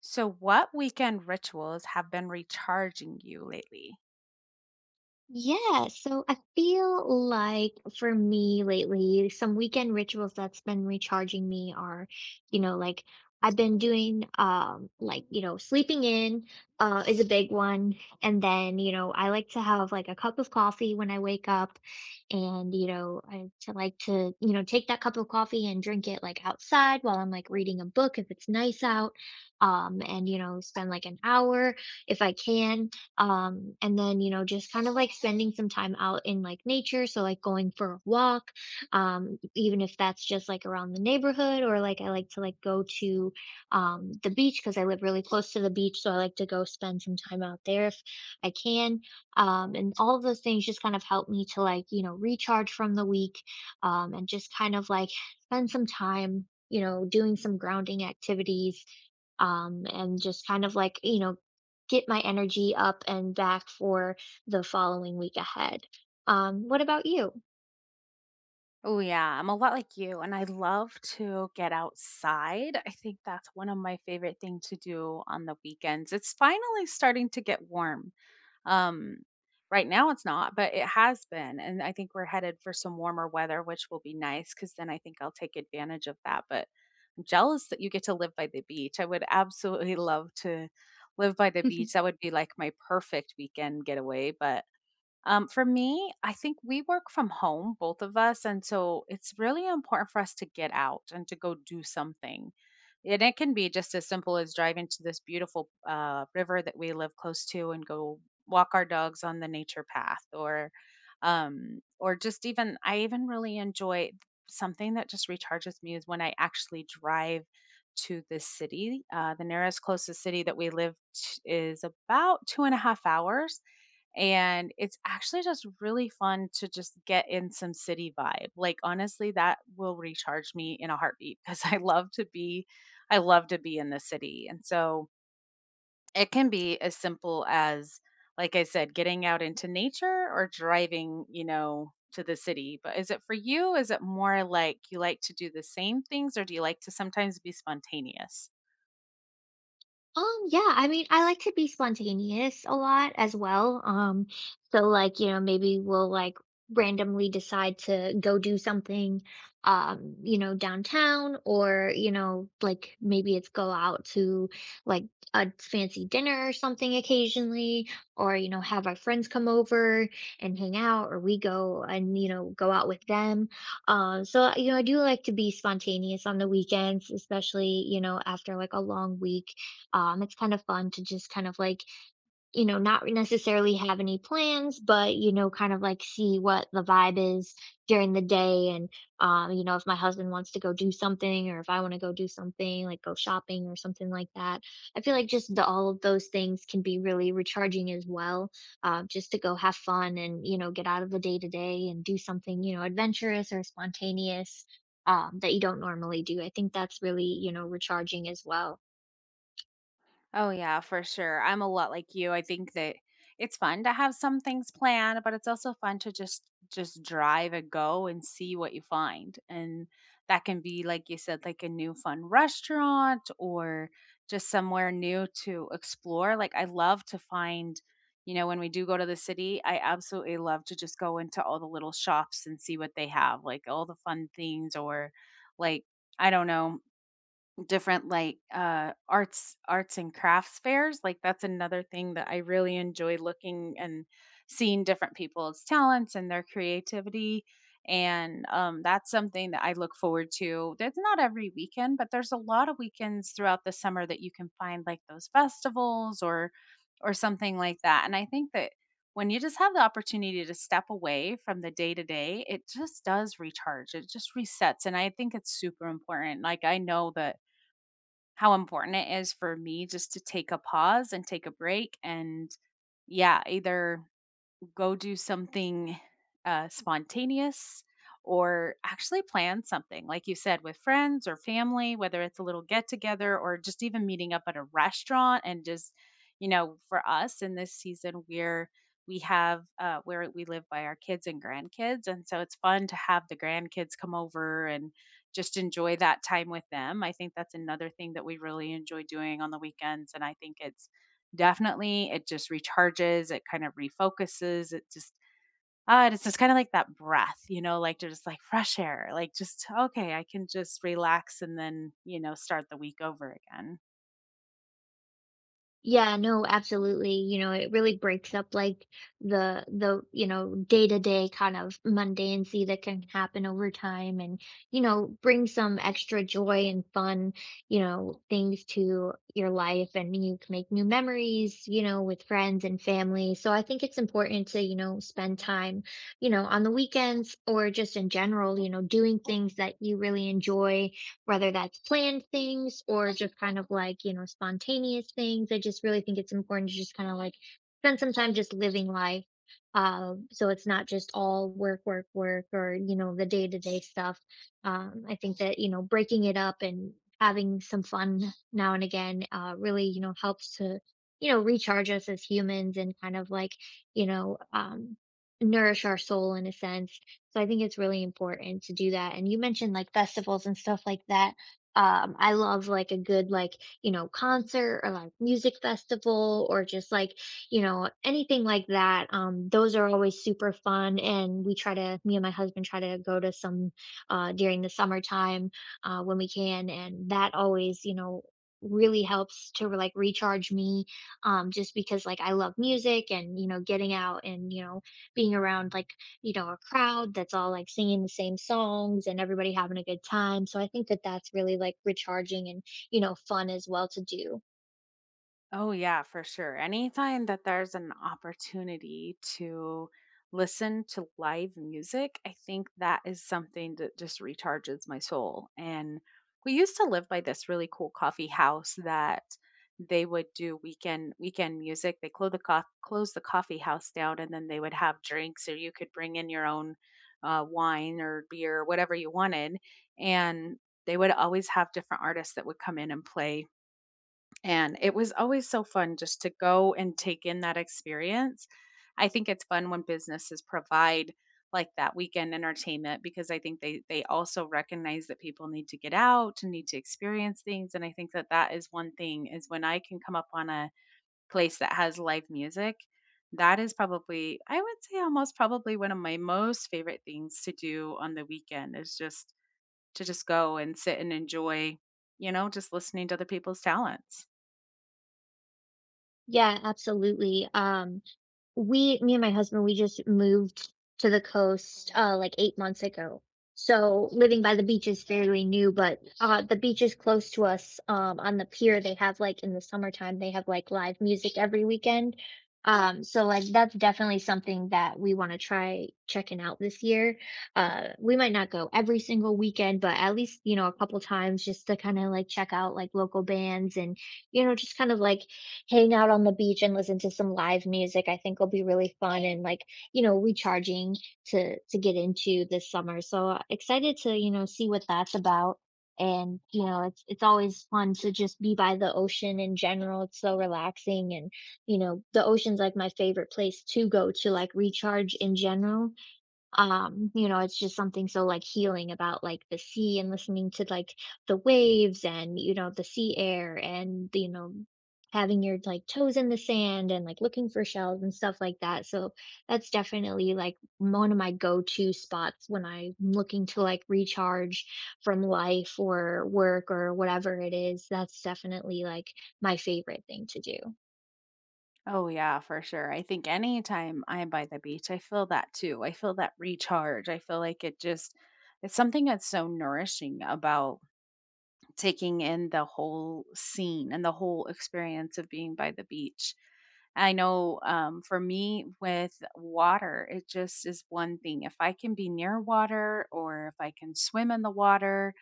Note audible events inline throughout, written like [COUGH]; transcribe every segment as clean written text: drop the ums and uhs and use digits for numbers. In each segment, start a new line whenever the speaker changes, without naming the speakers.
So, what weekend rituals have been recharging you lately?
Yeah, so I feel like for me lately, some weekend rituals that's been recharging me are, you know, like I've been doing like, you know, sleeping in is a big one. And then, you know, I like to have like a cup of coffee when I wake up and, you know, I to like to, you know, take that cup of coffee and drink it like outside while I'm like reading a book if it's nice out. And you know, spend like an hour if I can and then you know just kind of like spending some time out in like nature, so like going for a walk, even if that's just like around the neighborhood, or like I like to like go to the beach because I live really close to the beach, so I like to go spend some time out there if I can. And all of those things just kind of help me to like you know recharge from the week, and just kind of like spend some time you know doing some grounding activities, and just kind of like you know get my energy up and back for the following week ahead. What about you?
Oh, yeah. I'm a lot like you, and I love to get outside. I think that's one of my favorite things to do on the weekends. It's finally starting to get warm. Um, right now it's not, but it has been. And I think we're headed for some warmer weather, which will be nice because then I think I'll take advantage of that. But I'm jealous that you get to live by the beach. I would absolutely love to live by the beach.
[LAUGHS]
That would be like my perfect weekend getaway, but for me, I think we work from home, both of us. And so it's really important for us to get out and to go do something. And it can be just as simple as driving to this beautiful river that we live close to and go walk our dogs on the nature path or just even I even really enjoy something that just recharges me is when I actually drive to the city. The nearest closest city that we live is about two and a half hours and it's actually just really fun to just get in some city vibe. Like honestly, that will recharge me in a heartbeat [LAUGHS] because I love to be I love to be in the city. And so it can be as simple as like I said, getting out into nature or driving, you know, to the city. But is it for you? Is it more like you like to do the same things or do you like to sometimes be spontaneous?
Yeah, I mean, I like to be spontaneous a lot as well. So like, you know, maybe we'll like randomly decide to go do something, you know, downtown, or, you know, like maybe it's go out to like a fancy dinner or something occasionally, or, you know, have our friends come over and hang out, or we go and, you know, go out with them. So, you know, I do like to be spontaneous on the weekends, especially, you know, after like a long week, it's kind of fun to just kind of like, you know, not necessarily have any plans, but, you know, kind of like see what the vibe is during the day. You know, if my husband wants to go do something or if I want to go do something, like go shopping or something like that. I feel like just the, all of those things can be really recharging as well, just to go have fun and, you know, get out of the day to day and do something, you know, adventurous or spontaneous that you don't normally do. I think that's really, you know, recharging as well.
Oh, yeah, for sure. I'm a lot like you. I think that it's fun to have some things planned, but it's also fun to just drive and go and see what you find. And that can be, like you said, like a new fun restaurant or just somewhere new to explore. Like I love to find, you know, when we do go to the city, I absolutely love to just go into all the little shops and see what they have, like all the fun things or like I don't know different like arts and crafts fairs, like that's another thing that I really enjoy, looking and seeing different people's talents and their creativity. And that's something that I look forward to. That's not every weekend, but there's a lot of weekends throughout the summer that you can find like those festivals or something like that. And I think that when you just have the opportunity to step away from the day to day, it just does recharge, it just resets. And I think it's super important. Like, I know that how important it is for me just to take a pause and take a break. And yeah, either go do something spontaneous or actually plan something, like you said, with friends or family, whether it's a little get together or just even meeting up at a restaurant. And just, you know, for us in this season, we're we have where we live by our kids and grandkids. And so it's fun to have the grandkids come over and just enjoy that time with them. I think that's another thing that we really enjoy doing on the weekends. And I think it's definitely, it just recharges, it kind of refocuses, it just it's just kind of like that breath, you know, like there's just like fresh air, like just okay, I can just relax and then, you know, start the week over again.
Yeah, no, absolutely. You know, it really breaks up like the, you know, day-to-day kind of mundanity that can happen over time, and, you know, bring some extra joy and fun, you know, things to your life, and you can make new memories, you know, with friends and family. So I think it's important to, you know, spend time, you know, on the weekends or just in general, you know, doing things that you really enjoy, whether that's planned things or just kind of like, you know, spontaneous things. I just really think it's important to just kind of like spend some time just living life. So it's not just all work, work, work, or, you know, the day to day stuff. I think that, you know, breaking it up and having some fun now and again really, you know, helps to, you know, recharge us as humans and kind of like, you know, nourish our soul in a sense, so I think it's really important to do that. And you mentioned like festivals and stuff like that. I love like a good like, you know, concert or like music festival or just like, you know, anything like that. Those are always super fun. And we try to, me and my husband try to go to some during the summertime when we can. And that always, you know, really helps to like recharge me, just because like I love music, and you know getting out and you know being around like you know, a crowd that's all like singing the same songs and everybody having a good time. So I think that that's really like recharging and, you know, fun as well to do.
Oh, yeah, for sure. Anytime that there's an opportunity to listen to live music, I think that is something that just recharges my soul. And we used to live by this really cool coffee house that they would do weekend music. They close the close the coffee house down, and then they would have drinks, or you could bring in your own wine or beer, whatever you wanted. And they would always have different artists that would come in and play, and it was always so fun just to go and take in that experience. I think it's fun when businesses provide like that weekend entertainment, because I think they also recognize that people need to get out and need to experience things. And I think that that is one thing, is when I can come up on a place that has live music, that is probably I would say almost probably one of my most favorite things to do on the weekend, is just to just go and sit and enjoy, you know, just listening to other people's talents.
Yeah, absolutely. We, me and my husband, we just moved to the coast like 8 months ago. So living by the beach is fairly new, but the beach is close to us. On the pier, they have like in the summertime, they have like live music every weekend. So like that's definitely something that we want to try checking out this year. We might not go every single weekend, but at least, you know, a couple times just to kind of like check out like local bands, and you know, just kind of like hang out on the beach and listen to some live music. I think will be really fun and like, you know, recharging to get into this summer. So excited to, you know, see what that's about. And you know, it's always fun to just be by the ocean in general. It's so relaxing, and you know, the ocean's like my favorite place to go to like recharge in general. You know, it's just something so like healing about like the sea and listening to like the waves, and you know the sea air, and you know having your like toes in the sand and like looking for shells and stuff like that. So that's definitely like one of my go-to spots when I'm looking to like recharge from life or work or whatever it is. That's definitely like my favorite thing to do.
Oh, yeah, for sure. I think anytime I'm by the beach, I feel that too. I feel that recharge. I feel like it just, it's something that's so nourishing about taking in the whole scene and the whole experience of being by the beach. I know for me with water, it just is one thing. If I can be near water or if I can swim in the water,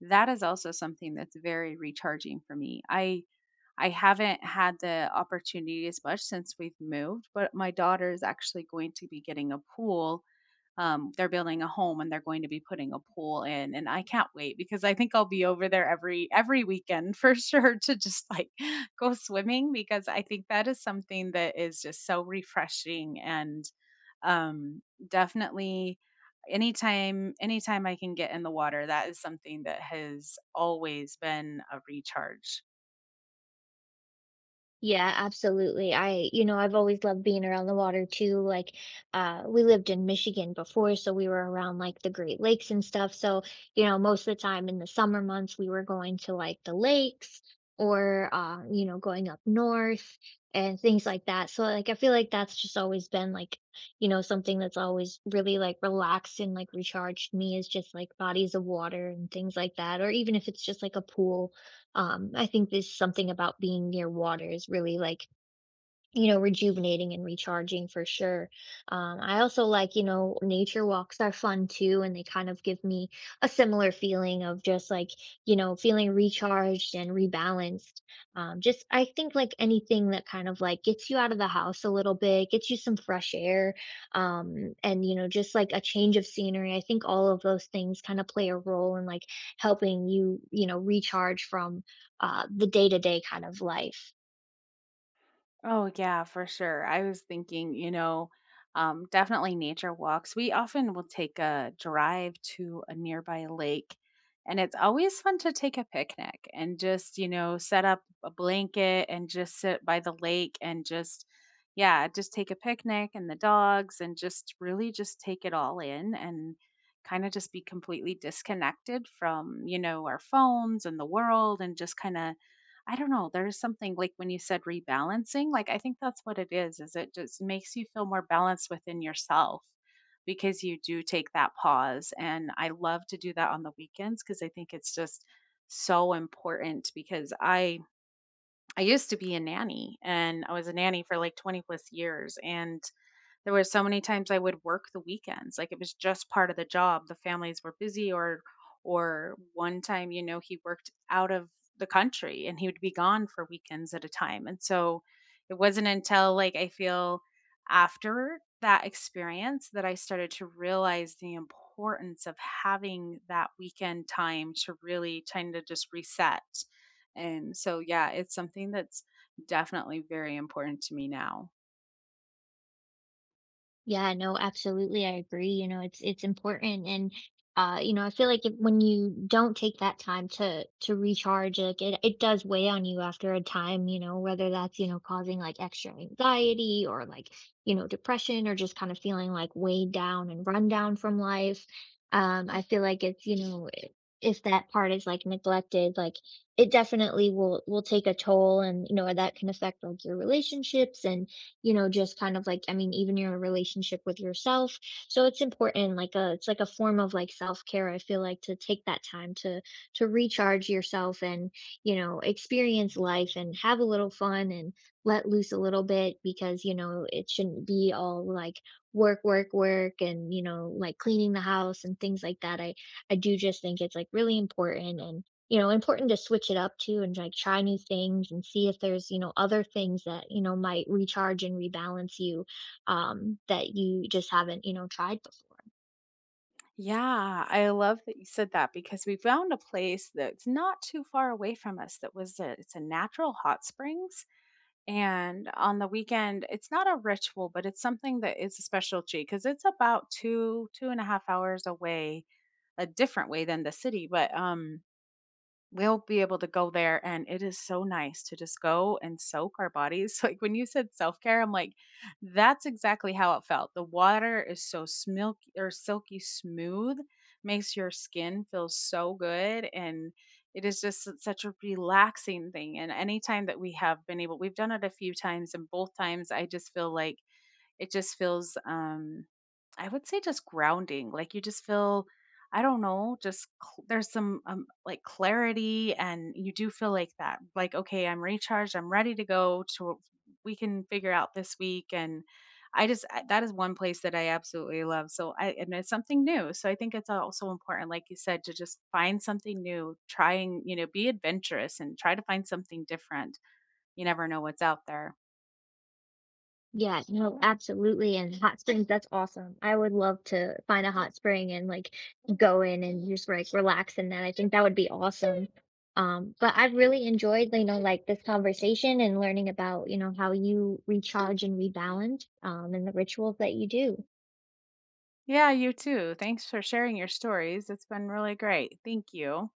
that is also something that's very recharging for me. I haven't had the opportunity as much since we've moved, but my daughter is actually going to be getting a pool. They're building a home and they're going to be putting a pool in, and I can't wait because I think I'll be over there every weekend for [LAUGHS] sure to just like [LAUGHS] go swimming because I think that is something that is just so refreshing. And um, definitely anytime I can get in the water, that is something that has always been a recharge.
Yeah, absolutely. I, you know, I've always loved being around the water too. Like, we lived in Michigan before, so we were around like the Great Lakes and stuff. So, you know, most of the time in the summer months, we were going to like the lakes, or, you know, going up north and things like that. So, like, I feel like that's just always been like, you know, something that's always really like relaxed and like recharged me is just like bodies of water and things like that. Or even if it's just like a pool, I think there's something about being near water is really like, you know, rejuvenating and recharging for sure. I also like, you know, nature walks are fun too, and they kind of give me a similar feeling of just like, you know, feeling recharged and rebalanced. Just, I think like anything that kind of like gets you out of the house a little bit, gets you some fresh air, and, you know, just like a change of scenery. I think all of those things kind of play a role in like helping you, you know, recharge from the day to day kind of life.
Oh, yeah, for sure. I was thinking, you know, definitely nature walks. We often will take a drive to a nearby lake, and it's always fun to take a picnic and just, you know, set up a blanket and just sit by the lake and just, yeah, just take a picnic and the dogs and just really just take it all in and kind of just be completely disconnected from, you know, our phones and the world and just kind of I don't know, there's something like when you said rebalancing, like I think that's what it is it just makes you feel more balanced within yourself because you do take that pause. And I love to do that on the weekends because I think it's just so important, because I used to be a nanny, and I was a nanny for like 20 plus years. And there were so many times I would work the weekends, like, it was just part of the job. The families were busy, or one time, you know, he worked out of the country and he would be gone for weekends at a time. And so it wasn't until, like, I feel after that experience that I started to realize the importance of having that weekend time to really kind of just reset. And so, yeah, it's something that's definitely very important to me now.
Yeah, no, absolutely. I agree. You know, it's important, and you know, I feel like if, when you don't take that time to recharge, like it does weigh on you after a time, you know, whether that's, you know, causing like extra anxiety or like, you know, depression, or just kind of feeling like weighed down and run down from life. I feel like it's, you know, if that part is like neglected, like it definitely will take a toll, and, you know, that can affect like your relationships and you know, just kind of like, I mean, even your relationship with yourself. So it's important, like a, it's like a form of like self-care. I feel like to take that time to, recharge yourself, and, you know, experience life and have a little fun and let loose a little bit because, you know, it shouldn't be all like work, work, work and, you know, like cleaning the house and things like that. I do just think it's like really important, and you know, important to switch it up too and like try new things and see if there's, you know, other things that, you know, might recharge and rebalance you, that you just haven't, you know, tried before.
Yeah, I love that you said that because we found a place that's not too far away from us that was a, it's a natural hot springs. And on the weekend, it's not a ritual, but it's something that is a specialty, because it's about two two and a half hours away, a different way than the city. But we'll be able to go there, and it is so nice to just go and soak our bodies. [LAUGHS] Like when you said self-care, I'm like, that's exactly how it felt. The water is so smilky or silky smooth, makes your skin feel so good. And it is just such a relaxing thing. And anytime that we have been able, we've done it a few times, and both times I just feel like it just feels, I would say just grounding. Like you just feel, I don't know, just there's some like clarity, and you do feel like that, like, okay, I'm recharged, I'm ready to go to, we can figure out this week. And I just, that is one place that I absolutely love. So I, and it's something new. So I think it's also important, like you said, to just find something new, trying, you know, be adventurous and try to find something different. You never know what's out there.
Yeah, no, absolutely. And hot springs, that's awesome. I would love to find a hot spring and like go in and just like relax in that. I think that would be awesome. But I've really enjoyed, you know, like this conversation and learning about, you know, how you recharge and rebalance, and the rituals that you do.
Yeah, you too. Thanks for sharing your stories. It's been really great. Thank you.